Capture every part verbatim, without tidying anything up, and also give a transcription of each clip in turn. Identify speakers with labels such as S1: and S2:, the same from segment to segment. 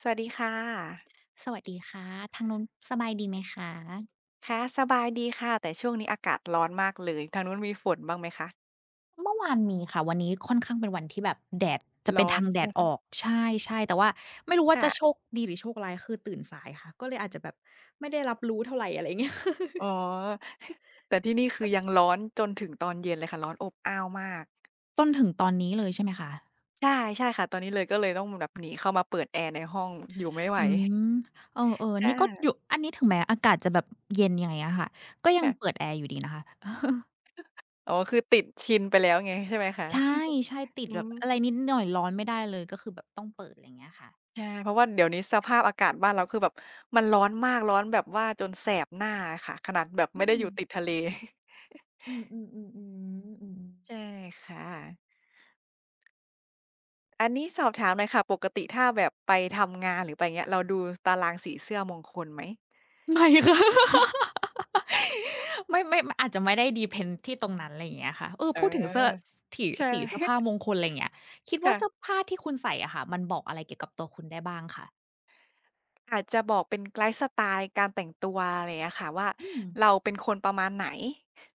S1: สวัสดีค่ะ
S2: สวัสดีค่ะทางนู้นสบายดีไหมคะ
S1: ค่ะสบายดีค่ะแต่ช่วงนี้อากาศร้อนมากเลยทางนู้นมีฝนบ้างไหมคะ
S2: เมื่อวานมีค่ะวันนี้ค่อนข้างเป็นวันที่แบบแดดจะเป็น
S1: ร้อน
S2: ทางแด
S1: ใช่ไหม
S2: ดอ
S1: คะ
S2: อกใช่ๆแต่ว่าไม่รู้ว่าจะโช
S1: ค่ะ
S2: คดีหรือโชคร้ายคือตื่นสายค่ะก็เลยอาจจะแบบไม่ได้รับรู้เท่าไรอะไรเงี้ย
S1: อ๋อ แต่ที่นี่คือยังร้อนจนถึงตอนเย็นเลยค่ะร้อนอบอ้าวมาก
S2: ต้นถึงตอนนี้เลยใช่ไหมคะ
S1: ใช่ใช่ค่ะตอนนี้เลยก็เลยต้องแบบหนีเข้ามาเปิดแอร์ในห้องอยู่ไม่ไหว
S2: อืม เออๆนี่ก็อ
S1: ค่ะ
S2: ยู่อันนี้ถึงแม้อากาศจะแบบเย็นยังไงอะค่ะก็ยัง
S1: ค่ะ
S2: เปิดแอร์อยู่ดีนะคะ
S1: อ๋อคือติดชินไปแล้วไงใช่ไหมคะ
S2: ใช่ๆติด
S1: อื
S2: แบบอะไร
S1: ม
S2: นิดหน่อยร้อนไม่ได้เลยก็คือแบบต้องเปิดไรเงี้ยค่ะ
S1: ใช่เพราะว่าเดี๋ยวนี้สภาพอากาศบ้านเราคือแบบมันร้อนมากร้อนแบบว่าจนแสบหน้าอะค่ะขนาดแบบ
S2: อื
S1: ไม่ได้อ
S2: ม
S1: ยู่ติดทะเล
S2: อืมๆๆๆอืม
S1: ใช่ค่ะ อันนี้สอบถามหน่อยค่ะปกติถ้าแบบไปทำงานหรือไปเงี้ยเราดูตารางสีเสื้อมงคลไหม
S2: ไม่ค่ะ ไม่ไม่อาจจะไม่ได้ depend ที่ตรงนั้นอะไรอย่างเงี้ยค่ะเออ
S1: เออ
S2: พูดถึงเสื้อสถี่
S1: ใช่
S2: สีเสื้อ ผ้ามงคลอะไรอย่างเงี้ยคิดว่าเสื้อ
S1: ค่ะ
S2: ผ้าที่คุณใส่อะค่ะมันบอกอะไรเกี่ยวกับตัวคุณได้บ้างคะ
S1: อาจจะบอกเป็นไลฟ์สไตล์การแต่งตัวอะไรอย่างเงี้ยค่ะว่า
S2: อืม
S1: เราเป็นคนประมาณไหน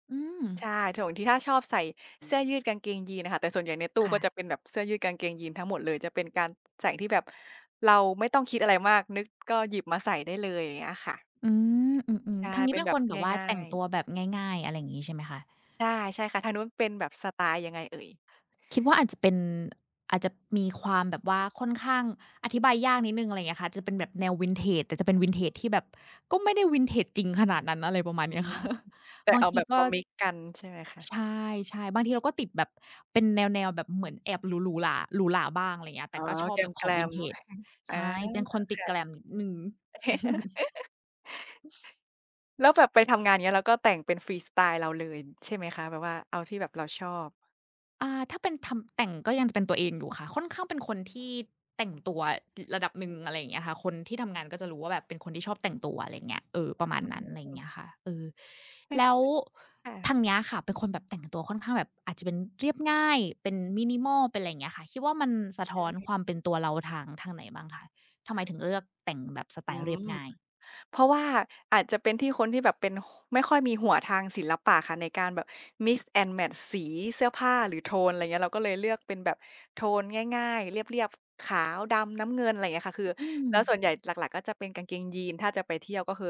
S2: อืม
S1: ใช่ส่วนงทีถ้าชอบใส่เสื้อยืดกางเกงยีนน่ะค่ะแต่ส่วนใหญ่ในตู้ก็จะ
S2: ค่ะ
S1: เป็นแบบเสื้อยืดกางเกงยีนทั้งหมดเลยจะเป็นการใส่ที่แบบเราไม่ต้องคิดอะไรมากนึกก็หยิบมาใส่ได้เลยอย่างเงี้ยค่ะ
S2: อืมอืมๆ
S1: ใช่
S2: ทางนี้
S1: เป็น
S2: เป็น
S1: แบ
S2: ค
S1: บ
S2: นแบบว่า
S1: ง่า
S2: แต่ง
S1: ย
S2: ตั
S1: ๆ
S2: วแบบง่ายๆอะไรอย่างงี้ใช่ไหมคะ
S1: ใช่ใช่ค่ะทางนู้นเป็นแบบสไตล์ยังไงเอ่ย
S2: คิดว่าอาจจะเป็นอาจจะมีความแบบว่าค่อนข้างอธิบายยากนิดหนึ่งอะไรอย่างเงี้ยค่ะจะเป็นแบบแนว Vintage แต่จะเป็น Vintage ที่แบบก็ไม่ได้ Vintage จริงขนาดนั้นอะไรประมาณ
S1: อื
S2: เนี้ย
S1: ม
S2: ค่ะ
S1: แต่
S2: บาง
S1: เอา
S2: ที
S1: แบบ
S2: ก็
S1: มามิกซ์กันใช่ไหมคะ
S2: ใช่ๆบางทีเราก็ติดแบบเป็นแนวๆแบบเหมือนแอบหรูหรูหราหรูหราบ้างอะไรอย่างเงี้ย
S1: อ๋
S2: แต่
S1: อ
S2: ก็ชอ
S1: แ
S2: บแบบข
S1: ก
S2: อ
S1: ล
S2: ง
S1: ม
S2: Vintage
S1: ๆอา
S2: ใช่เป็นคนติด
S1: ค่ะ
S2: glam นิดหนึ่ง
S1: แล้วแบบไปทำงานอย่างเงี้ยเราก็แต่งเป็นฟรีสไตล์เราเลยใช่ไหมคะแบบว่าเอาที่แบบเราชอบ
S2: อาถ้าเป็นทำแต่งก็ยังจะเป็นตัวเองอยู่ค่ะค่อนข้างเป็นคนที่แต่งตัวระดับหนึ่งอะไรอย่างเงี้ยค่ะคนที่ทำงานก็จะรู้ว่าแบบเป็นคนที่ชอบแต่งตัวอะไรเงี้ยเออประมาณนั้นอะไรอย่างเงี้ยค่ะเออแล้ว
S1: ค่ะ
S2: ทางเนี้ยค่ะเป็นคนแบบแต่งตัวค่อนข้างแบบอาจจะเป็นเรียบง่ายเป็น minimal เป็นอะไรอย่างเงี้ยค่ะคิดว่ามันสะ
S1: ใช่
S2: ท้อนความเป็นตัวเราทางทางไหนบ้างคะทำไมถึงเลือกแต่งแบบสไต
S1: อื
S2: ล์เรียบ
S1: ม
S2: ง่าย
S1: เพราะว่าอาจจะเป็นที่คนที่แบบเป็นไม่ค่อยมีหัวทางศิลปะค่ะในการแบบ mix and match สีเสื้อผ้าหรือโทนอะไรเงี้ยเราก็เลยเลือกเป็นแบบโทนง่ายๆเรียบๆขาวดำน้ำเงินอะไรเงี้ยค่ะคือ
S2: อืม
S1: แล้วส่วนใหญ่หลักๆก็จะเป็นกางเกงยีนถ้าจะไปเที่ยวก็คือ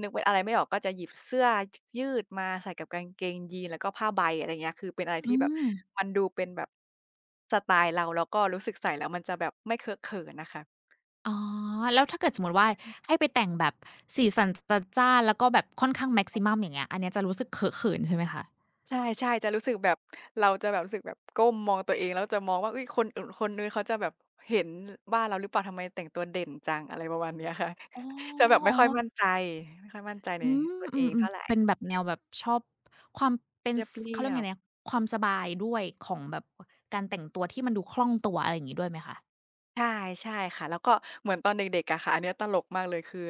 S1: นึกเป็นอะไรไม่ออกก็จะหยิบเสื้อยยืดมาใส่กับกางเกงยีนแล้วก็ผ้าใบอะไรเงี้ยคือเป็นอะไรที่
S2: อื
S1: แบบ
S2: ม
S1: มันดูเป็นแบบสไตล์เราแล้วก็รู้สึกใส่แล้วมันจะแบบไม่เคอะเขินน่ะค่ะ
S2: อ๋อแล้วถ้าเกิดสมมุติว่าให้ไปแต่งแบบสีสันจัดจ้านแล้วก็แบบค่อนข้าง maximum อย่างเงี้ยอันเนี้ยจะรู้สึกเขอะเขินใช่ไหมคะ
S1: ใช่ๆจะรู้สึกแบบเราจะแบบรู้สึกแบบก้มมองตัวเองแล้วจะมองว่าเฮ้ยคนอื่นคนนู้นเขาจะแบบเห็นว่าเราหรือเปล่าทำไมแต่งตัวเด่นจังอะไรประมาณเนี้ยค่ะ
S2: อ๋อ
S1: จะแบบไม่
S2: อ๋อ
S1: ค่อยมั่นใจไม่ค่อยมั่นใจใน
S2: อืม
S1: ตัว
S2: อื
S1: เอง
S2: ม
S1: เท่าไร
S2: ๆเป็นแบบแนวแบบชอบความเป็
S1: เ
S2: นส
S1: รี
S2: เขาเรีย
S1: ย
S2: กไง
S1: บ
S2: นะ
S1: ๆ
S2: ความสบายด้วยของแบบการแต่งตัวที่มันดูคล่องตัวอะไรอย่างงี้ด้วยไหมคะ
S1: ใช่ใช่ค่ะแล้วก็เหมือนตอนเด็กๆอะค่ะอันเนี้ยตลกมากเลยคือ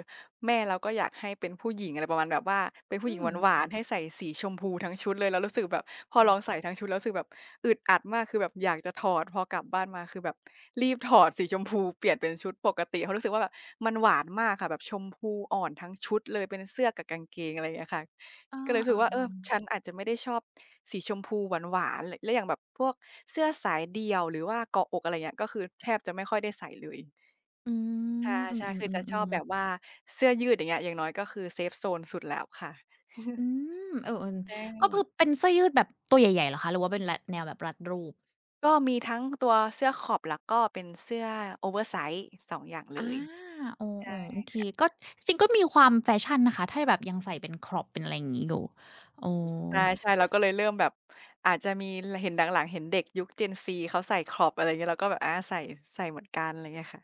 S1: แม่เราก็อยากให้เป็นผู้หญิงอะไรประมาณแบบว่าเป็นผู้หญิ
S2: อื
S1: ง
S2: ม
S1: หวานๆให้ใส่สีชมพูทั้งชุดเลยแล้วรู้สึกแบบพอล
S2: ค่ะ
S1: องใส่ทั้งชุดแล้วรู้สึกแบบอึดอัดมากคือแบบอยากจะถอดพอกลับบ้านมาคือแบบรีบถอดสีชมพูเปลี่ยนเป็นชุดปกติเพราะรู้สึกว่าแบบมันหวานมากค่ะแบบชมพูอ่อนทั้งชุดเลยเป็นเสื้อกับกางเกงอะไรอย่างเงี้ยค่ะ
S2: เออ
S1: ก็เลยรู้สึกว่าเออ
S2: ๆ
S1: ฉันอาจจะไม่ได้ชอบสีชมพูหวานๆและอย่างแบบพวกเสื้อสายเดี่ยวหรือว่าเกาะอกอะไรเงี้ยก็คือแทบจะไม่ค่อยได้ใส่เลย
S2: ๆอื
S1: ค่ะ
S2: มอือ
S1: ใช่คือจะชอบ
S2: ๆ
S1: แบ
S2: ๆ
S1: บ
S2: ๆ
S1: ว่าเสื้อยืดอย่างเงี้ยอย่างน้อยก็คือเซฟโซนสุดแล้วค่ะ
S2: อืมเออ
S1: ใช่
S2: ๆก็คือเป็นเสื้อยืดแบบตัวใหญ่ๆเหรอคะหรือว่าเป็นรัดแนวแบบรัดรูป
S1: ก็มีทั้งตัวเสื้อขอบแล้วก็เป็นเสื้อโอเวอร์ไซซ์สององอย่างเล
S2: อา
S1: ย
S2: อ๋อ
S1: ใช่
S2: ๆโอเคก็
S1: ค่ะ
S2: จริงๆก็มีความแฟชั่นนะคะถ้าแบบยังใส่เป็น crop เป็นอะไรอย่างงี้อยู่อ๋อ
S1: ใช่ๆเราก็เลยเริ่มแบบอาจจะมีลเห็นหลังๆเห็นเด็กยุค Gen Z เขาใส่ครอปอะไรเงี้ยเราก็แบบอาใส่ใส่เหมือนกันอะไรเงี้ยค่ะ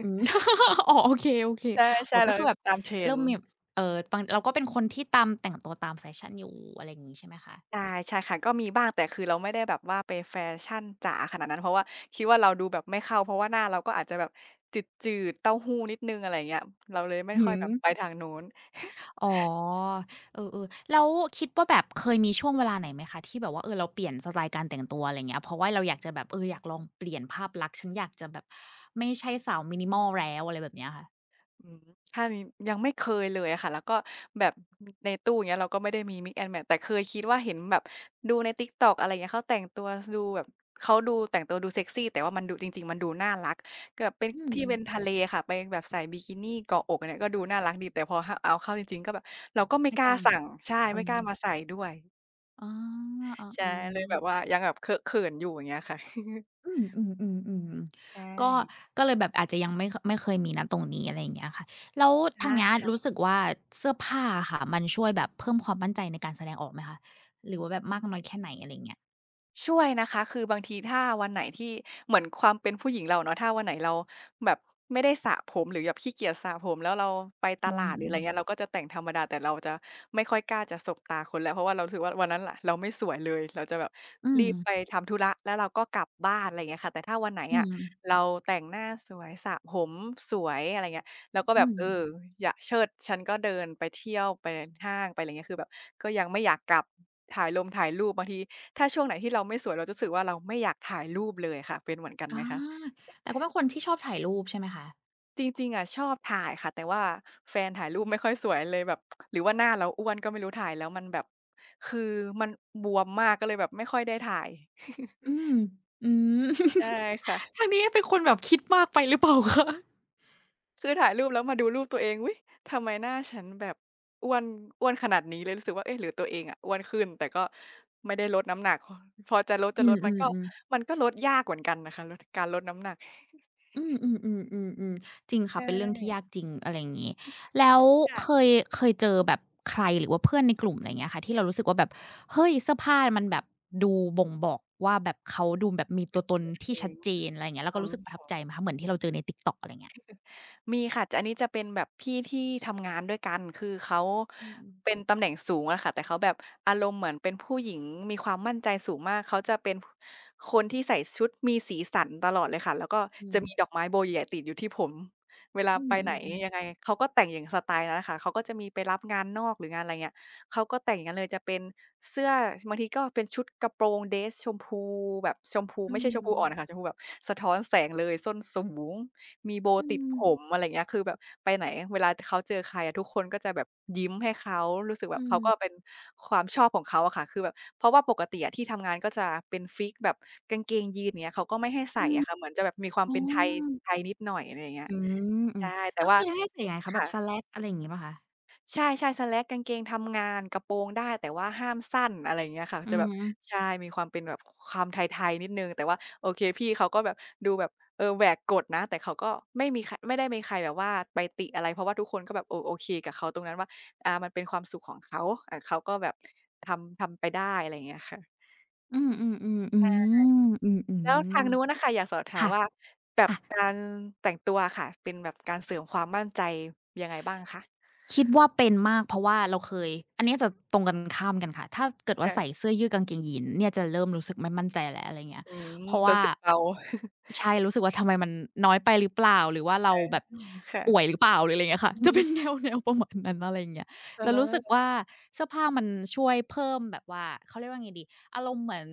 S2: อืม อ๋อโอเค
S1: ใช่
S2: ๆอ๋
S1: ใช่
S2: อก็
S1: เรา
S2: คือแบบ
S1: ตาม
S2: เริ่
S1: trend
S2: มมีแบบเอ่อบางเราก็เป็นคนที่ตามแต่งตัวตามแฟชั่นอยู่อะไรอย่างงี้ใช่ไหมคะ
S1: ใช่ใช่ค่ะก็มีบ้างแต่คือเราไม่ได้แบบว่าไปแฟชั่นจ๋าขนาดนั้นเพราะว่าคิดว่าเราดูแบบไม่เข้าเพราะว่าหน้าเราก็อาจจะแบบจืดๆเต้าหู้นิดหนึ่งอะไรอย่างเงี้ยเราเลยไม่
S2: อือ
S1: ค่อย
S2: ฮึ
S1: แบบไปทางนู้น
S2: อ๋อเออๆแล้วคิดว่าแบบเคยมีช่วงเวลาไหนไหมคะที่แบบว่าเออเราเปลี่ยนสไตล์การแต่งตัวอะไรอย่างเงี้ยเพราะว่าเราอยากจะแบบเอออยากลองเปลี่ยนภาพลักษณ์ฉันอยากจะแบบไม่ใช่สาว minimal แล้วอะไรแบบเนี้ยค่ะ
S1: อืมใช่มียังไม่เคยเลยอะค่ะแล้วก็แบบในตู้อย่างเงี้ยเราก็ไม่ได้มี mix and match แต่เคยคิดว่าเห็นแบบดูใน TikTok อะไรเงี้ยเขาแต่งตัวสดูแบบเขาดูแต่งตัวดูเซ็กซีแต่ว่ามันดูจริงๆมันดูน่ารักแบบเป็น
S2: อืม
S1: ที่เป็นทะเลค่ะไปแบบใส่บิกินีเกาะอกอันเนี้ยก็ดูน่ารักดีแต่พอหเอาเข้าจริงๆก็แบบเราก็ไม่
S2: ไม่
S1: ก
S2: ก
S1: ล้า
S2: ล้า
S1: สั่งใช่
S2: เออ
S1: ไม่กล้ามาใส่ด้วย
S2: อ๋ออ๋อ
S1: ใช่
S2: อ๋อ
S1: เลยแบบว่ายังแบบเคอะเขินอยู่อย่างเงี้ยค่ะ
S2: อืมอืมๆๆ
S1: ใช
S2: ๆก็
S1: ่
S2: ก็เลยแบบอาจจะยังไม่คไม่เคยมีณตรงนี้อะไรอย่างเงี้ยค่ะแล้วทาง
S1: ใช่
S2: เนี้ยรู้
S1: ค่ะ
S2: สึกว่าเสื้อผ้าอะค่ะมันช่วยแบบเพิ่มความมั่นใจในการแสดงออกไหมคะหรือว่าแบบมากน้อยแค่ไหนอะไรอย่างเงี้ย
S1: ช่วยนะคะคือบางทีถ้าวันไหนที่เหมือนความเป็นผู้หญิงเราเนาะถ้าวันไหนเราแบบไม่ได้สระผมหรือแบบขี้เกียจสระผมแล้วเราไปต
S2: อื
S1: ลา
S2: ม
S1: ดหรืออะไรเงี้ยเราก็จะแต่งธรรมดาแต่เราจะไม่ค่อยกล้าจะสบตาคนแล้วเพราะว่าเรารู้สึกว่าวันนั้นล่ะเราไม่สวยเลยเราจะแบบ
S2: อื
S1: รี
S2: ม
S1: บไปทำธุระแล้วเราก็กลับบ้านอะไรเงี้ยค่ะแต่ถ้าวันไหน
S2: อื
S1: อะ
S2: ม
S1: เราแต่งหน้าสวยสระผมสวยอะไรเงี้ย แล้วก็
S2: อื
S1: แบบ
S2: ม
S1: เอออยากเชิดฉันก็เดินไปเที่ยวไปห้างไปอะไรเงี้ยคือแบบก็ยังไม่อยากกลับถ่ายลงถ่ายรูปบางทีถ้าช่วงไหนที่เราไม่สวยเราจะรู้สึกว่าเราไม่อยากถ่ายรูปเลยค่ะเป็นเหมือนกันไห
S2: อา
S1: มคะ
S2: แต่ก็เป็นคนที่ชอบถ่ายรูปใช่ไหมคะ
S1: จริงๆอะชอบถ่ายค่ะแต่ว่าแฟนถ่ายรูปไม่ค่อยสวยเลยแบบหรือว่าหน้าเราอ้วนก็ไม่รู้ถ่ายแล้วมันแบบคือมันบวมมากก็เลยแบบไม่ค่อยได้ถ่าย
S2: อืมอืม
S1: ใช่ ค่ะ
S2: ทางนี้เป็นคนแบบคิดมากไปหรือเปล่าคะ
S1: คือถ่ายรูปแล้วมาดูรูปตัวเองวิทำไมหน้าฉันแบบอ้วนอ้วนขนาดนี้เลยรู้สึกว่าเอ๊ะหรือตัวเองอ่ะอ้วนขึ้นแต่ก็ไม่ได้ลดน้ำหนัก พอจะลดจะ
S2: อื
S1: ลดมัน
S2: ม
S1: ก็
S2: ๆๆ
S1: มันก็ลดยากเหมือนกันนะคะลดการลดน้ำหนัก
S2: อืมอืมๆๆๆจริงค่ะ
S1: ใช่
S2: เป็น เรื่องที่ยากจริงอะไรอย่างงี้แล้วเค
S1: ค่ะ
S2: ยเคยเจอแบบใครหรือว่าเพื่อนในกลุ่มอะไรอย่างเงี้ยค่ะที่เรารู้สึกว่าแบบเฮ้ยเสื้อผ้ามันแบบดูบ่งบอกว่าแบบเขาดูแบบมี
S1: เป็
S2: ตัว
S1: น
S2: ตน
S1: เอ
S2: ที่ชัด
S1: ง
S2: เจนอะไรอย่างเงี้ยแล้วก็รู้สึกประทับใจไหมคะเหมือนที่เราเจอใน TikTok อะไรอย่างเงี้ย
S1: มีค่ะจะอันนี้จะเป็นแบบพี่ที่ทำงานด้วยกันคือเขา
S2: อืม
S1: เป็นตำแหน่งสูงอะค่ะแต่เขาแบบอารมณ์เหมือนเป็นผู้หญิงมีความมั่นใจสูงมากเขาจะเป็นคนที่ใส่ชุดมีสีสันตลอดเลยค่ะแล้วก็
S2: อื
S1: จะ
S2: ม
S1: มีดอกไม้โบใหญ่ๆติดอยู่ที่ผมเวลา
S2: อื
S1: ไป
S2: มอื
S1: ไหน
S2: ม
S1: ยังไงเขาก็แต่งอย่างสไตล์นั้นน่ะค่ะเขาก็จะมีไปรับงานนอกหรืองานอะไรเงี้ยเขาก็แต่งอย่างนั้นเลยจะเป็นเสื้อบางทีก็เป็นชุดกระโปรงเดรสชมพูแบบชมพู
S2: อื
S1: ไม่ใช่ชม
S2: ม
S1: พูอ่อนอะค่ะชมพูแบบสะท้อนแสงเลยส้นสูง มีโบว์
S2: อื
S1: ติดผ
S2: ม
S1: มอะไรอย่างเงี้ยคือแบบไปไหน เวลาเขาเจอใครอะทุกคนก็จะแบบยิ้มให้เขา รู้สึกแบบ
S2: อื
S1: เขาก็เป็
S2: ม
S1: นความชอบของเขาอะค่ะคือแบบเพราะว่าปกติอะที่ทำงานก็จะเป็นฟิกซ์แบบกางเกงยีนอย่างเงี้ยเขาก็ไม่ให้
S2: อื
S1: ใส่
S2: ม
S1: อะค่ะเหมือนจะแบบมีความ
S2: อ๋อ
S1: เป็นไทยไทยนิดหน่อยอะไรอย่างเงี้ย
S2: อืมอืม
S1: ใช่ แต่
S2: แล้ว
S1: ว่า
S2: คือให้ใส่ยังไงคะแบบ
S1: ค่ะ
S2: slacks อะไรอย่างงี้เปล่าคะ
S1: ใช่ๆ slack กางเกงทำงานกระโปรงได้แต่ว่าห้ามสั้นอะไรอย่างเงี้ยค่ะ
S2: อื
S1: จะแบบ
S2: ม
S1: ใช่มีความเป็นแบบความไทยๆนิดหนึ่งแต่ว่าโอเคพี่เขาก็แบบดูแบบเออแหวกกฎนะแต่เขาก็ไม่มีคไม่ได้มีใครแบบว่าไปติอะไรเพราะว่าทุกคนก็แบบเออโอเคกับเขาตรงนั้นว่าอ่ามันเป็นความสุขของเขาอ่าเขาก็แบบทำทำไปได้อะไรอย่างเงี้ยค่ะ
S2: อืมๆๆอืมอื
S1: แล้วทาง
S2: อ
S1: นู้นน่ะค่ะอยากสอบ
S2: ๆ
S1: ถาม
S2: ค่ะ
S1: ว่าแบบ
S2: ค่ะ
S1: การแต่งตัวอะค่ะเป็นแบบการเสริมความมั่นใจยังไงบ้างคะ
S2: คิดว่าเป็นมากเพราะว่าเราเคยอันเนี้ยจะตรงกันข้ามกันค่ะถ้าเกิดว่าใส่
S1: ค่ะ
S2: เสื้อยืดกางเกงยีนส์เนี่ยจะเริ่มรู้สึกไม่มั่นใจแล้วอะไรเงี้ย
S1: อืม
S2: เพราะ
S1: จะ
S2: ว่า
S1: สึก
S2: อ
S1: เรา
S2: ใช่รู้สึกว่าทำไมมันน้อยไปหรือเปล่าหรือว่า
S1: เอ
S2: เราแบบ
S1: อค่ะ
S2: ป่วยหรือเปล่าหรืออะไรเงี้ยค่ะจะเป็น แนว แนวประมาณนั้นอะไรอย่างเงี้ย
S1: เ
S2: เรารู้สึก
S1: ออ
S2: ว่าเสื้อผ้ามันช่วยเพิ่มแบบว่าเขาเรียกว่าไงดีอารมณ์เหมือน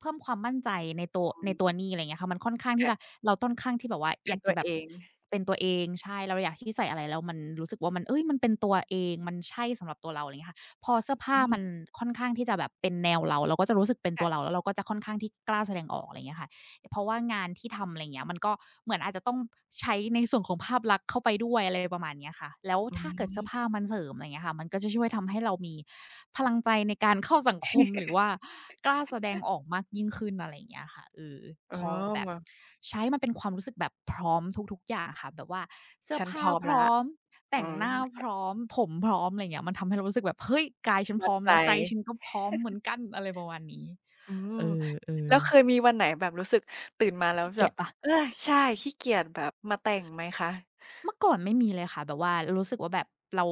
S2: เพิ่มความมั่นใจในตัว
S1: อื
S2: ในตัว
S1: ม
S2: นี่อะไร่างเงี้ยค่ะมันค่อนข้างที่
S1: ค่ะ
S2: จะเราต้อนข้างที่แบบว่า
S1: เป็
S2: อ
S1: น
S2: ยาก
S1: ตั
S2: จะ
S1: ว
S2: แบ
S1: เอ
S2: บ
S1: ง
S2: เป็นตัวเองใช่เราอยากที่ใส่อะไรแล้วมันรู้สึกว่ามันเฮ้ยมันเป็นตัวเองมันใช่สำหรับตัวเราอะไรเงี้ยค่ะพอเสื้อผ้า
S1: อื
S2: มัน
S1: ม
S2: ค่อนข้างที่จะแบบเป็นแนวเราเราก็จะรู้สึกเป็นตั
S1: ค่ะ
S2: วเราแล้วเราก็จะค่อนข้างที่กล้าแสดงออกอะไรเงี้ยค่ะ เพราะว่างานที่ทำอะไรเงี้ยมันก็เหมือนอาจจะต้องใช้ในส่วนของภาพลักษณ์เข้าไปด้วยอะไรประมาณเนี้ยค่ะแล้ว
S1: อื
S2: ถ้าเกิดเสื้อผ้า
S1: ม
S2: มันเสริมอะไรเงี้ยค่ะมันก็จะช่วยทำให้เรามีพลังใจในการเข้าสังคมหรือว่ากล้าแสดงออกมากยิ่งขึ้นอะไรอย่างเงี้ยค่ะเออ
S1: อ๋
S2: พอแบบ
S1: อ
S2: ใช้มันเป็นความรู้สึกแบบพร้อมทุกๆอย่างค่ะแบบว่าเสื้อ
S1: ฉันพ
S2: ผ้า
S1: ร้อม
S2: พ
S1: แล้ว
S2: ร้อม
S1: อื
S2: แต่ง
S1: ม
S2: หน้าพร้อมผมพร้อมอะไรเงี้ยมันทำให้เรารู้สึกแบบเฮ้ยกายฉันพ
S1: มั่
S2: ร้
S1: น
S2: อม
S1: ใจ
S2: แล้วใจฉันก็พร้อมเหมือนกันอะไรประมาณนี้
S1: อืม
S2: เออ
S1: แล้วเคยมีวันไหนแบบรู้สึกตื่นมา
S2: ๆ
S1: แล้ว
S2: ขี้
S1: แบ
S2: เกีย
S1: บ
S2: จเปล่า
S1: เออใช่ขี้เกียจแบบมาแต่งไหมคะ
S2: เมื่อก่อนไม่มีเลยค่ะแบบว่ารู้สึกว่าแบบเรา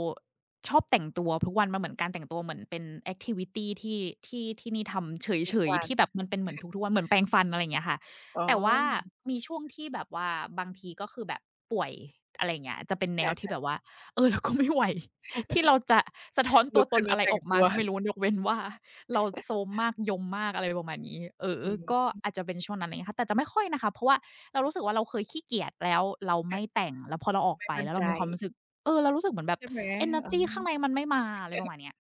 S2: ชอบแต่งตัวทุกวันมันเหมือนการแต่งตัวเหมือนเป็นแอกทิวิตีที่ที่ที่นี่ทำเ
S1: ทุ
S2: ฉ
S1: ก
S2: ย
S1: วั
S2: ๆ
S1: น
S2: ที่แบบมันเป็นเหมือนทุกๆวันเหมือนแปรงฟันอะไรอย่างเงี้ยค่ะ
S1: อ๋อ
S2: แต่ว่ามีช่วงที่แบบว่าบางทีก็คือแบบป่วยอะไรอย่างเงี้ยจะเป็นแนวที่แบบ
S1: ค่ะ
S2: ว่าเออเราก็ไม่ไหว ที่เราจะสะท้อน
S1: ๆลุ
S2: ตัว
S1: ก
S2: ต
S1: ขึ้
S2: น
S1: นมา
S2: อะไร
S1: แต่
S2: อ
S1: ง
S2: อก
S1: ตั
S2: มา
S1: ว
S2: ก็ไม่รู้ยกเว้นว่าเราโทรมมากยมมากอะไรประมาณนี้เอ
S1: อื
S2: อก็
S1: ม
S2: อาจจะเป็นช่วงนั้นอะไรอย่างเงี้ยค่ะแต่จะไม่ค่อยนะคะเพราะว่า เรารู้สึกว่าเราเคยขี้เกียจแล้วเรา
S1: ค่ะ
S2: ไม่แต่งแล้วพอเราออก
S1: ไม่
S2: ไป
S1: มั่น
S2: แล้ว
S1: ใจ
S2: เรามีความรู้สึกเออเรารู้สึกเหมือนแบบ
S1: ใช่ไหม
S2: เอเนอร์
S1: อ๋อ
S2: จีข้างในมันไม่มาอะไรประมาณเนี้ย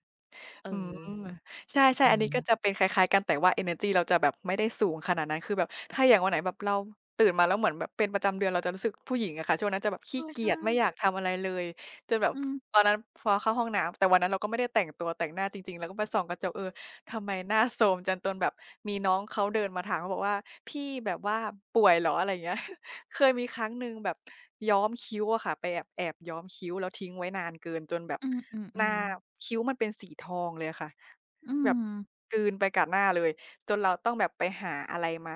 S2: เอ
S1: อื
S2: อ
S1: มใช่
S2: เอ
S1: ๆอันนี้
S2: อ
S1: ก็จะเป็นคล้ายๆกันแต่ว่าเอเนอร์จีเราจะแบบไม่ได้สูงขนาดนั้นคือแบบถ้าอย่างวันไหนแบบเราตื่นมาแล้วเหมือนแบบเป็นประจำเดือนเราจะรู้สึกผู้หญิงอะค่ะช่วงนั้นจะแบบ
S2: เอ
S1: ขี้
S2: อ
S1: เกีย
S2: ใช่
S1: จไม่อยากทำอะไรเลยจนแบบ
S2: อืม
S1: ตอนนั้นพอเข้าห้องน้ำแต่วันนั้นเราก็ไม่ได้แต่งตัวแต่งหน้าจริงๆเราก็ไปส่องกระจกเออทำไมหน้าโทรมจังจนแบบมีน้องเขาเดินมาถามเขาบอกว่าพี่แบบว่าป่วยเหรออะไรอย่างเงี้ย เคยมีครั้งหนึ่งแบบย้อมคิ้วอะค่ะไปแอบแอบย้อมคิ้วแล้วทิ้งไว้นานเกินจนแบบ
S2: อื
S1: หน้า
S2: มๆๆ
S1: คิ้วมันเป็นสีทองเลยอะค่ะ
S2: อื
S1: แบบ
S2: ม
S1: กลืนไปกับหน้าเลยจนเราต้องแบบไปหาอะไรมา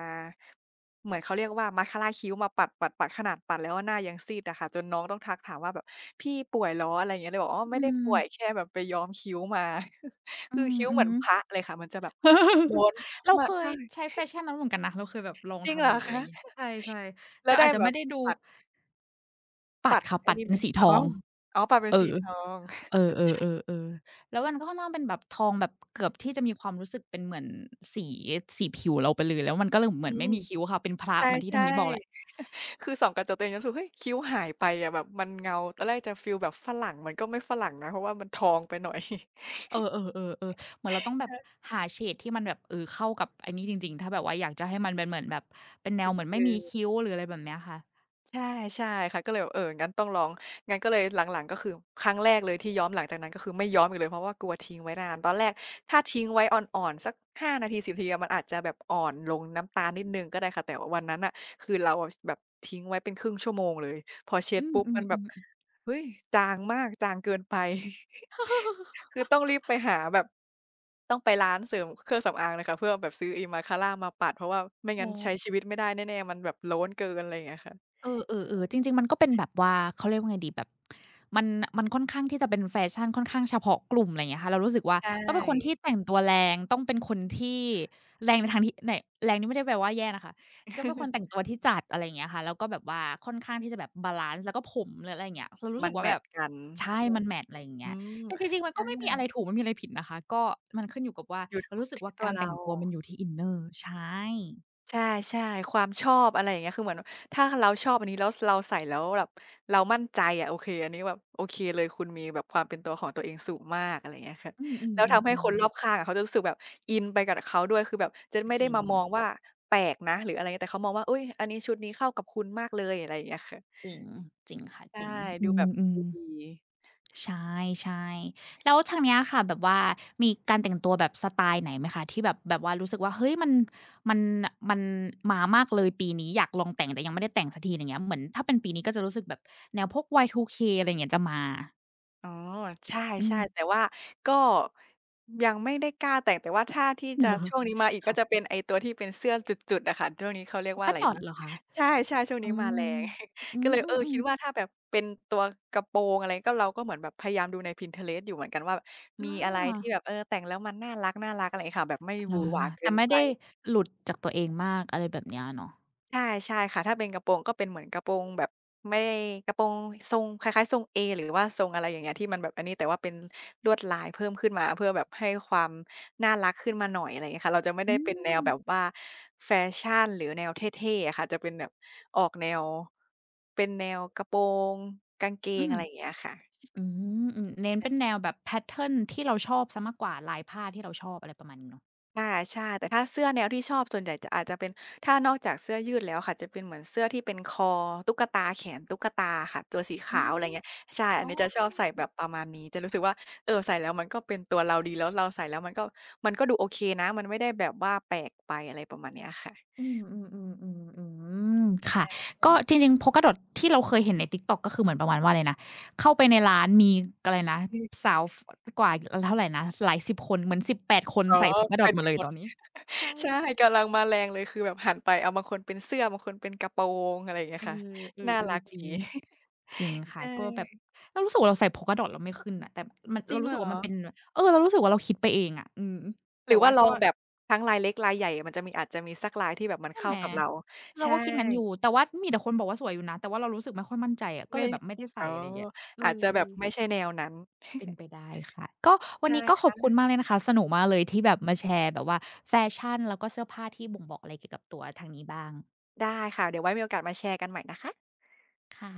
S1: เหมือนเขาเรียกว่า มาสคาร่า คิ้วมาปัดๆๆขนาดปัดแล้วหน้ายังซีดอะค่ะจนน้องต้องทักถามว่าแบบพี่ป่วยเหรออะไรอย่างเงี้ยเลยบอกอ๋อไม่
S2: อื
S1: ได้
S2: ม
S1: ป่วยแค่แบบไปย้อมคิ้วมา
S2: อื
S1: คือ
S2: อ
S1: คิ้ว
S2: ฮึ
S1: เหมือนพระเลยค่ะมันจะแบบโล้ น
S2: เรา
S1: มา
S2: เคย
S1: ใช่
S2: ใช้แฟชั่นนั้นเหมือนกันนะเราเคยแบบลอง
S1: จริงเหร
S2: ทำอ
S1: อ
S2: ยู่อะไรอ
S1: คะ
S2: ย่างงี้ใช่ๆ
S1: แล้
S2: แต่
S1: วได้
S2: อาจจะ
S1: แบ
S2: ไม่
S1: บ
S2: ได้ดู
S1: ปัด
S2: ปั
S1: ปั
S2: ด
S1: ด
S2: ค่ะ
S1: ไอ้
S2: ปัด
S1: นี่
S2: เป็
S1: ไห
S2: น
S1: ม
S2: สี
S1: อ๋
S2: ท
S1: อ
S2: อง
S1: อ๋อปัดเป็น
S2: เอ
S1: สี
S2: อ
S1: ทอง
S2: เออๆๆอเออเออแล้วมันก็ค่อนข้างเป็นแบบทองแบบเกือบที่จะมีความรู้สึกเป็นเหมือนสีสีผิวเราไปเลยแล้วมันก็เลยเหมื
S1: อื
S2: อนไม่
S1: ม
S2: มีคิ้วค่ะเป็นพระเหมือนที่
S1: ใช่
S2: ทางนี้บอกแหละ
S1: ๆคือส่องกระจกตัวเองแล้วรู้สึกเฮ้ยคิ้วหายไปอะแบบมันเงาตอนแรกจะฟีลแบบฝรั่งมันก็ไม่ฝรั่งนะเพราะว่ามันทองไปหน่อย
S2: เออๆๆๆเหมือนเราต้องแบบ
S1: ใช่
S2: หาเฉดที่มันแบบเออเข้ากับไอ้นี่จริงๆถ้าแบบว่าอยากจะให้มันเป็นเหมือนแบบเป็นแนวเหมือนไม่
S1: กึ่
S2: มี
S1: งๆ
S2: คิ้วหรืออะไรแบบเนี้ยค่ะ
S1: ใช่ใช่ค่ะก็เลยแบบเอองั้นต้องลองงั้นก็เลยหลังๆก็คือครั้งแรกเลยที่ย้อมหลังจากนั้นก็คือไม่ย้อมอีกเลยเพราะว่ากลัวทิ้งไว้นานตอนแรกถ้าทิ้งไว้อ่อนๆสักห้านาทีสิบนาทีอะมันอาจจะแบบอ่อนลงน้ำตาลนิดหนึ่งก็ได้ค่ะแต่วันนั้นน่ะคือเราอะชแบบทิ้งไว้เป็นครึ่งชั่วโมงเลยพอเช็ด
S2: อื
S1: ปุ๊บมั
S2: ม
S1: นแบบ
S2: ๆๆๆ
S1: เฮ้ยจางมากจางเกินไป คือต้องรีบไปหาแบบต้องไปร้านเสริมเครื่องสำอางเลยค่ะเพื่อแบบซื้อ Imacara มาปัดเพราะว่าไม่
S2: อ๋
S1: งั้
S2: อ
S1: นใช้ชีวิตไม่ได้แน่ๆมันแบบโล้นเกินอะไรอย่างเงี้ยค่ะ
S2: เออเออๆจริงๆมันก็เป็นแบบว่าเขาเรียกว่าไงดีแบบมันมันค่อนข้างที่จะเป็นแฟชั่นค่อนข้างเฉพาะกลุ่มอะไรอย่างเงี้ยค่ะเรารู้สึกว่า
S1: ใช
S2: ต้องเป็นคนที่
S1: ่
S2: แต่งตัวแรงต้องเป็นคนที่แรงในทางที่ในแรงนี่ไม่ได้แปลว่าแย่นะคะก็เป็นคนแต่ง ตัวที่จัดอะไรอย่างเงี้ยค่ะแล้วก็แบบว่าค่อนข้างที่จะแบบบาลันซ์แล้วก็ผมหรืออะไรอย่างเงี้ยเรารู้
S1: มั
S2: สึ
S1: น
S2: ก
S1: แม
S2: ว่าแบ
S1: ต
S2: บ
S1: ช์กัน
S2: ใช่มันแมตช์อะไรอย่าง
S1: อื
S2: เงี้ย
S1: ม
S2: แต่จริงๆมัน
S1: ใช่
S2: ก็ไม่มีอะไรถูกไม่มีอะไรผิดนะคะก็มันขึ้นอยู่กับว่า
S1: อยู่ท
S2: เรารู้สึก
S1: ที่
S2: ว่า
S1: ตัว
S2: การ
S1: เรา
S2: แต่งตัวมันอยู่ที่อินเนอร์ใช่
S1: ใช่ๆความชอบอะไรอย่างเงี้ยคือเหมือนถ้าเราชอบอันนี้แล้วสเราใส่แล้วแบบเรามั่นใจอะโอเคอันนี้แบบโอเคเลยคุณมีแบบความเป็นตัวของตัวเองสูงมากอะไรอย่างเงี้ยค่ะ
S2: อื
S1: แล้ว
S2: ม
S1: ทำให้คนร
S2: ๆๆ
S1: อบ
S2: ๆ
S1: ข้างอะเขาจะรู้สึกแบบอินไปกับเขาด้วยคือแบบจะไม่
S2: จ
S1: ได้
S2: ริง
S1: มามองว่าแปลกนะหรืออะไรเงี้ยแต่เขามองว่าอุ๊ยอันนี้ชุดนี้เข้ากับคุณมากเลยอะไรอย่างเงี้ยค่ะ
S2: จริงจริงค่ะ
S1: ใช่
S2: จริงอ
S1: ดูแบบ
S2: ื
S1: ดู
S2: ม
S1: ดี
S2: ๆใช่ๆแล้วทางเนี้ยค่ะแบบว่ามีการแต่งตัวแบบสไตล์ไหนไหมคะที่แบบแบบว่ารู้สึกว่าเฮ้ยมันมันมันมามากเลยปีนี้อยากลองแต่งแต่ยังไม่ได้แต่งสักทีไรเงี้ยเหมือนถ้าเป็นปีนี้ก็จะรู้สึกแบบแนวพวก วาย ทู เค อะไรอย่างเงี้ยจะมา
S1: อ๋อใช
S2: อื
S1: ่
S2: ม
S1: ๆแต่ว่าก็ยังไม่ได้กล้าแต่งแต่ว่าถ้าที่ จะ
S2: เหรอ
S1: ช่วงนี้มาอีกก็
S2: ค่ะ
S1: จะเป็นไอ้ตัวที่เป็นเสื้อจุดๆอะค่ะช่วงนี้เขาเรียกว่า
S2: Polka
S1: อะไร
S2: Dot
S1: นะ
S2: เหรอคะ
S1: ใช่ๆช่วง
S2: อื
S1: นี้มาแร
S2: ม
S1: ง
S2: อ
S1: ก็เลย
S2: ื
S1: เออ
S2: ม
S1: คิด
S2: ๆ
S1: ว่า
S2: ๆ
S1: ถ้าแบบเป็นตัวกระโปรงอะไรก็เราก็เหมือนแบบพยายามดูใน Pinterest อยู่เหมือนกันว่า
S2: อ
S1: มีอะไรที่
S2: า
S1: แบบเออแต่งแล้วมันน่ารักๆอะไรอย่างเงี้ยค่ะแบบไม่หวื
S2: อา
S1: อหวาเกิ
S2: แต่
S1: น
S2: ไม่
S1: ไป
S2: ได้หลุดจากตัวเองมากอะไรแบบเนี้ยเนาะ
S1: ใช่ใช่ค่ะถ้าเป็นกระโปรงก็เป็นเหมือนกระโปรงแบบไม่ได้กระโปรงทรงคล้ายๆทรงเอหรือว่าทรงอะไรอย่างเงี้ยที่มันแบบอันนี้แต่ว่าเป็นลวดลายเพิ่มขึ้นมาเพื่อแบบให้ความน่ารักขึ้นมาหน่อยอะไรอย่างเงี้ยค่ะเราจะไม่ได้
S2: อื
S1: เป็นแน
S2: ม
S1: วแบบว่าแฟชั่นหรือแนวเท่ๆอะค่ะจะเป็นแบบออกแนวเป็นแนวกระโปรงกางเก
S2: อื
S1: ง
S2: ม
S1: อะไรอย่างเงี้ยค่ะ
S2: อืมอืมเน้นเป็นแนวแบบแพตเทิร์นที่เราชอบเสียมากกว่าลายผ้าที่เราชอบอะไรประมาณนี้เนาะ
S1: ค่ะใช่แต่ถ้าเสื้อแนวที่ชอบส่วนใหญ่จะอาจจะเป็นถ้านอกจากเสื้อยืดแล้วค่ะจะเป็นเหมือนเสื้อที่เป็นคอตุ๊กตาแขนตุ๊กตาค่ะตัวสี
S2: อื
S1: ขาวอะไร
S2: ม
S1: เงี้ยใช่อั
S2: อ๋
S1: น
S2: อ
S1: นี้จะชอบใส่แบบประมาณนี้จะรู้สึกว่าเออใส่แล้วมันก็เป็นตัวเราดีแล้วเราใส่แล้วมันก็มันก็ดูโอเคนะมันไม่ได้แบบว่าแปลกไปอะไรประมาณเนี้ยค่ะ
S2: อืมๆๆๆอืม ค่ะ
S1: อื
S2: ก็จ
S1: ม
S2: ริงๆ Polkadot ที่เราเคยเห็นใน TikTok ก็คือเหมือนประมาณว่าอะไรนะ เข้าไปในร้านมีอะไรนะ
S1: อืม
S2: สาวฟกว่าเท่าไรนะหลายสิบคนเหมือนสิบแปดคน
S1: อ๋อ
S2: ใส่
S1: เป็
S2: Polkadot
S1: น
S2: หมด
S1: กัน
S2: เล
S1: ห
S2: ย
S1: มด
S2: ตอนนี้ใช
S1: ใช่
S2: ่
S1: กำลังมาแรงเลยคือแบบหันไปเอาบางคนเป็นเสื้อบางคนเป็นกระโปรงอะไรอย่างเงี้ย
S2: เอ
S1: ค่ะ
S2: อเอ
S1: น่ารั
S2: อ
S1: ก
S2: ๆจริ
S1: ดี
S2: งจริง ค่ะ
S1: ใช่
S2: ก็แบบเรารู้สึกว่าเราใส่ Polka Dot แล้วไม่ขึ้นน่ะแต่มัน
S1: จริ
S2: เรา
S1: งเห
S2: รู้
S1: ร
S2: สึก
S1: อ
S2: ว่ามันเป็นเออเรารู้สึกว่าเราคิดไปเองอะอืม
S1: หรื
S2: แต่
S1: อว่า
S2: ว่า
S1: ลอ
S2: ก็
S1: งแบบทั้งลายเล็กลายใหญ่ มันจะมีอาจจะมีสักลายที่แบบมัน
S2: ใช่
S1: เข้า
S2: ไหม
S1: กับเรา
S2: เรา
S1: ใช่
S2: ก็คิดงั้นอยู่แต่ว่ามีแต่คนบอกว่าสวยอยู่นะแต่ว่าเรารู้สึกไม่ค่อยมั่นใจอะก็เล
S1: ไม่
S2: ยแบบไม่ได้
S1: อ๋
S2: ใส่
S1: อ
S2: อะไรอย่างเงี้ยเอ
S1: อาจจะแบบ
S2: อๆ
S1: ไม่ใช่แนวนั้น
S2: เป็นไป ได้ค่ะก็วัน
S1: ได้
S2: นี้ก็ขอบคุณ
S1: ค่ะ
S2: มากเลยนะคะสนุกมากเลยที่แบบมาแชร์แบบว่าแฟชั่นแล้วก็เสื้อผ้าที่บ่งบอกอะไรเกี่ยวกับตัวทางนี้บ้าง
S1: ได้ค่ะเดี๋ยวไว้มีโอกาสมาแชร์กันใหม่นะคะ
S2: ค่ะ